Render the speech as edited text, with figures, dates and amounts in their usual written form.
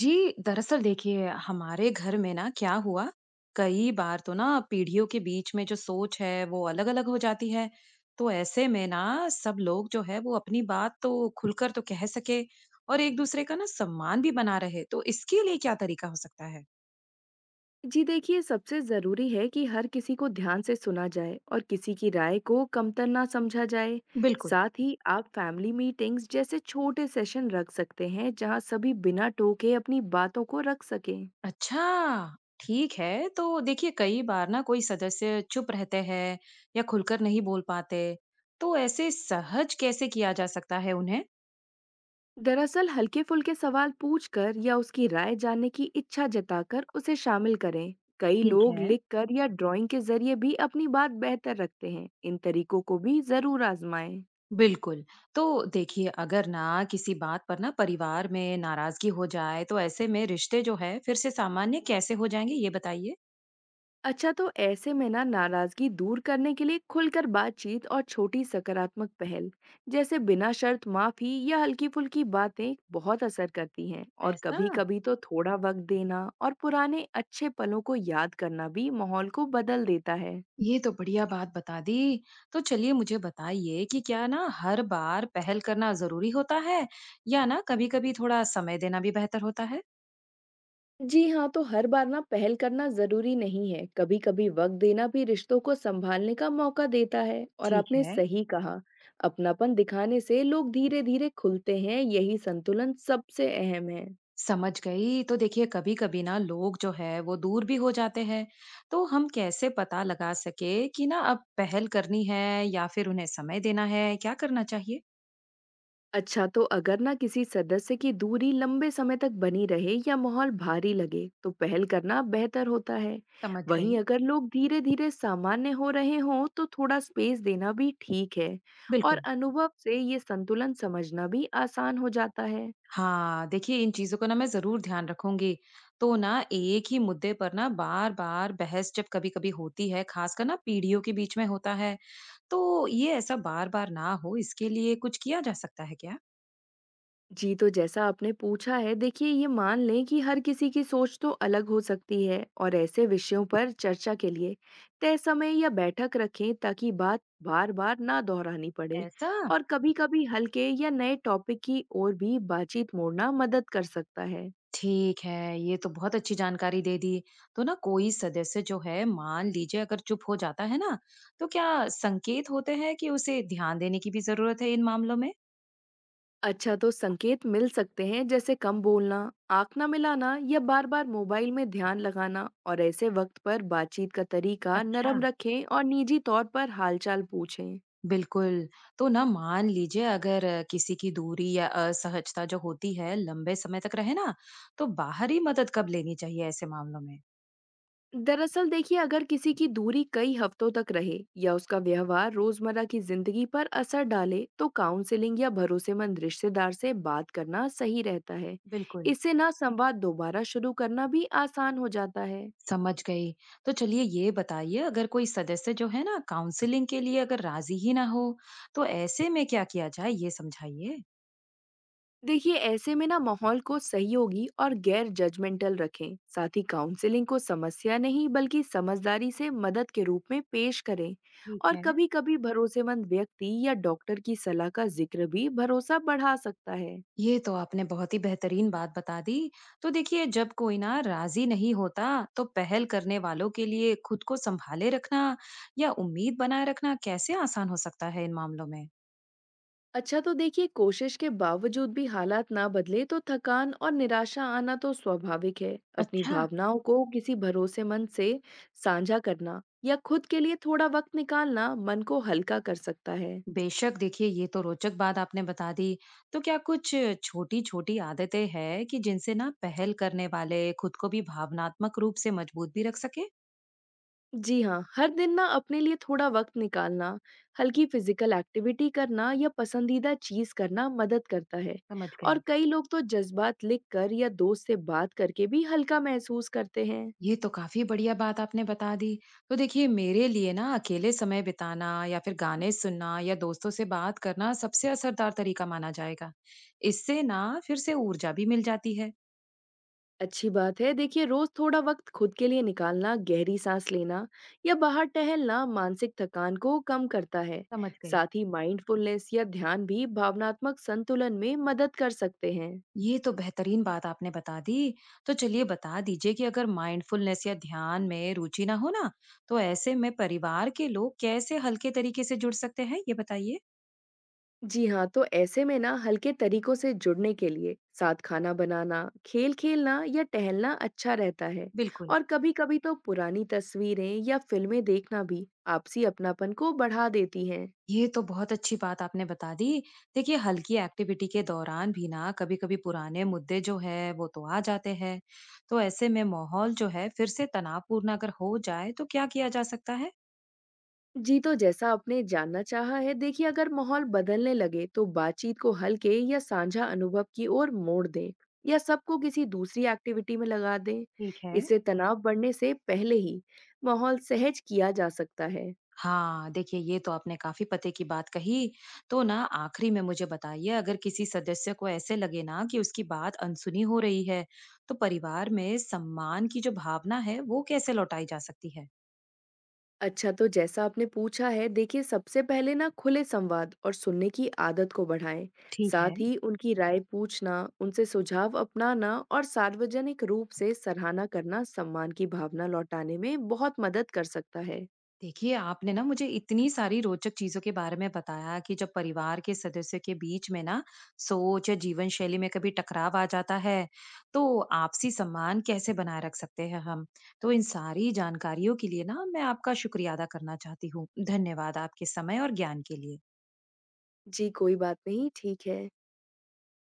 जी, दरअसल देखिए हमारे घर में ना क्या हुआ, कई बार तो ना पीढ़ियों के बीच में जो सोच है वो अलग-अलग हो जाती है। तो ऐसे में ना सब लोग जो है वो अपनी बात तो खुलकर तो कह सके और एक दूसरे का ना सम्मान भी बना रहे, तो इसके लिए क्या तरीका हो सकता है? जी देखिए, सबसे ज़रूरी है कि हर किसी को ध्यान से सुना जाए और किसी की राय को कमतर ना समझा जाए। बिल्कुल। साथ ही आप फैमिली मीटिंग्स जैसे छोटे सेशन रख सकते हैं, जहां सभी बिना टोके अपनी बातों को रख सकें। अच्छा, ठीक है। तो देखिए कई बार ना कोई सदस्य चुप रहते हैं या खुलकर नहीं बोल पाते, तो ऐसे सहज कैसे किया जा सकता है उन्हें? दरअसल हल्के फुल्के सवाल पूछकर या उसकी राय जानने की इच्छा जताकर उसे शामिल करें। कई ठीक लोग है। लिखकर या ड्राइंग के जरिए भी अपनी बात बेहतर रखते हैं, इन तरीकों को भी ज़रूर आजमाएं। बिल्कुल। तो देखिए, अगर ना किसी बात पर ना परिवार में नाराज़गी हो जाए, तो ऐसे में रिश्ते जो है फिर से सामान्य कैसे हो जाएँगे? ये बताइए। अच्छा, तो ऐसे में ना नाराजगी दूर करने के लिए खुलकर बातचीत और छोटी सकारात्मक पहल, जैसे बिना शर्त माफी या हल्की फुल्की बातें बहुत असर करती हैं। और ऐसा? कभी कभी तो थोड़ा वक्त देना और पुराने अच्छे पलों को याद करना भी माहौल को बदल देता है। ये तो बढ़िया बात बता दी। तो चलिए मुझे बताइए कि क्या ना हर बार पहल करना ज़रूरी होता है या ना कभी-कभी थोड़ा समय देना भी बेहतर होता है? जी हाँ, तो हर बार ना पहल करना जरूरी नहीं है। कभी कभी वक्त देना भी रिश्तों को संभालने का मौका देता है, और ठीक आपने है। सही कहा। अपनापन दिखाने से लोग धीरे धीरे खुलते हैं, यही संतुलन सबसे अहम है। समझ गई। तो देखिए कभी कभी ना लोग जो है वो दूर भी हो जाते हैं, तो हम कैसे पता लगा सके कि ना अब पहल करनी है या फिर उन्हें समय देना है, क्या करना चाहिए। अच्छा, तो अगर ना किसी सदस्य की दूरी लंबे समय तक बनी रहे या माहौल भारी लगे, तो पहल करना बेहतर होता है। समझ वहीं गई। अगर लोग धीरे धीरे सामान्य हो रहे हों, तो थोड़ा स्पेस देना भी ठीक है। और बिल्कुल। अनुभव से ये संतुलन समझना भी आसान हो जाता है। हाँ, देखिए इन चीजों को ना मैं जरूर ध्यान रखूंगी। तो ना एक ही मुद्दे पर ना बार बार बहस जब कभी कभी होती है, खासकर ना पीढ़ियों के बीच में होता है, तो ये ऐसा बार बार ना हो इसके लिए कुछ किया जा सकता है क्या? जी, तो जैसा आपने पूछा है, देखिए ये मान लें कि हर किसी की सोच तो अलग हो सकती है, और ऐसे विषयों पर चर्चा के लिए तय समय या बैठक रखें ताकि बात बार-बार ना दोहरानी पड़े। ऐसा। और कभी-कभी हल्के या नए टॉपिक की ओर भी बातचीत मोड़ना मदद कर सकता है। ठीक है, ये तो बहुत अच्छी जानकारी दे दी। तो ना कोई सदस्य जो है मान लीजिए अगर चुप हो जाता है ना, तो क्या संकेत होते हैं कि उसे ध्यान देने की भी ज़रूरत है इन मामलों में? अच्छा, तो संकेत मिल सकते हैं, जैसे कम बोलना, आँख ना मिलाना या बार-बार मोबाइल में ध्यान लगाना। और ऐसे वक्त पर बातचीत का तरीका अच्छा। नरम रखें और निजी तौर पर हालचाल पूछें। बिल्कुल। तो ना मान लीजिए अगर किसी की दूरी या असहजता जो होती है लंबे समय तक रहे ना, तो बाहरी मदद कब लेनी चाहिए ऐसे मामलों में? दरअसल देखिए, अगर किसी की दूरी कई हफ्तों तक रहे या उसका व्यवहार रोजमर्रा की जिंदगी पर असर डाले, तो काउंसलिंग या भरोसेमंद रिश्तेदार से बात करना सही रहता है। बिल्कुल। इससे ना संवाद दोबारा शुरू करना भी आसान हो जाता है। समझ गई। तो चलिए ये बताइए अगर कोई सदस्य जो है ना काउंसलिंग के लिए अगर राजी ही ना हो, तो ऐसे में क्या किया जाए ये समझाइए? देखिए ऐसे में ना माहौल को सहयोगी और गैर जजमेंटल रखें। साथ ही काउंसलिंग को समस्या नहीं बल्कि समझदारी से मदद के रूप में पेश करें। ठीक और है। कभी-कभी भरोसेमंद व्यक्ति या डॉक्टर की सलाह का जिक्र भी भरोसा बढ़ा सकता है। ये तो आपने बहुत ही बेहतरीन बात बता दी। तो देखिए जब कोई ना राजी नहीं होता, तो पहल करने वालों के लिए खुद को संभाले रखना या उम्मीद बनाए रखना कैसे आसान हो सकता है इन मामलों में? अच्छा, तो देखिए कोशिश के बावजूद भी हालात ना बदले, तो थकान और निराशा आना तो स्वाभाविक है। अपनी अच्छा। भावनाओं को किसी भरोसेमंद से साझा करना या खुद के लिए थोड़ा वक्त निकालना मन को हल्का कर सकता है। बेशक, देखिए ये तो रोचक बात आपने बता दी। तो क्या कुछ छोटी छोटी आदतें हैं कि जिनसे ना पहल करने वाले खुद को भी भावनात्मक रूप से मजबूत भी रख सके। जी हाँ, हर दिन ना अपने लिए थोड़ा वक्त निकालना, हल्की फिजिकल एक्टिविटी करना या पसंदीदा चीज करना मदद करता है। समझ और गई। कई लोग तो जज्बात लिख कर या दोस्त से बात करके भी हल्का महसूस करते हैं। ये तो काफी बढ़िया बात आपने बता दी। तो देखिए मेरे लिए ना अकेले समय बिताना या फिर गाने सुनना या दोस्तों से बात करना सबसे असरदार तरीका माना जाएगा। इससे ना फिर से ऊर्जा भी मिल जाती है। अच्छी बात है। देखिए रोज थोड़ा वक्त खुद के लिए निकालना, गहरी सांस लेना या बाहर टहलना मानसिक थकान को कम करता है। समझ गई। साथ ही माइंडफुलनेस या ध्यान भी भावनात्मक संतुलन में मदद कर सकते हैं। ये तो बेहतरीन बात आपने बता दी। तो चलिए बता दीजिए कि अगर माइंडफुलनेस या ध्यान में रुचि ना हो ना, तो ऐसे में परिवार के लोग कैसे हल्के तरीके से जुड़ सकते हैं? ये बताइए। जी हाँ, तो ऐसे में ना हल्के तरीकों से जुड़ने के लिए साथ खाना बनाना, खेल खेलना या टहलना अच्छा रहता है। बिल्कुल। और कभी कभी तो पुरानी तस्वीरें या फिल्में देखना भी आपसी अपनापन को बढ़ा देती हैं। ये तो बहुत अच्छी बात आपने बता दी। देखिए हल्की एक्टिविटी के दौरान भी ना कभी-कभी पुराने मुद्दे जो है वो तो आ जाते हैं। तो ऐसे में माहौल जो है फिर से तनावपूर्ण अगर हो जाए तो क्या किया जा सकता है? जी, तो जैसा आपने जानना चाहा है, देखिए अगर माहौल बदलने लगे, तो बातचीत को हल्के या साझा अनुभव की ओर मोड़ दें या सबको किसी दूसरी एक्टिविटी में लगा दें। ठीक है। इससे तनाव बढ़ने से पहले ही माहौल सहज किया जा सकता है। हाँ, देखिए ये तो आपने काफ़ी पते की बात कही। तो ना आखिरी में मुझे बताइए अगर किसी सदस्य को ऐसे लगे ना कि उसकी बात अनसुनी हो रही है, तो परिवार में सम्मान की जो भावना है, वो कैसे लौटाई जा सकती है? अच्छा, तो जैसा आपने पूछा है, देखिए सबसे पहले ना खुले संवाद और सुनने की आदत को बढ़ाएं। ठीक है। साथ ही उनकी राय पूछना, उनसे सुझाव अपनाना और सार्वजनिक रूप से सराहना करना सम्मान की भावना लौटाने में बहुत मदद कर सकता है। देखिए, आपने ना मुझे इतनी सारी रोचक चीज़ों के बारे में बताया कि जब परिवार के सदस्यों के बीच में ना सोच या जीवन शैली में कभी टकराव आ जाता है, तो आपसी सम्मान कैसे बनाए रख सकते हैं हम? तो इन सारी जानकारियों के लिए ना मैं आपका शुक्रिया अदा करना चाहती हूँ। धन्यवाद आपके समय और ज्ञान के लिए। जी, कोई बात नहीं, ठीक है।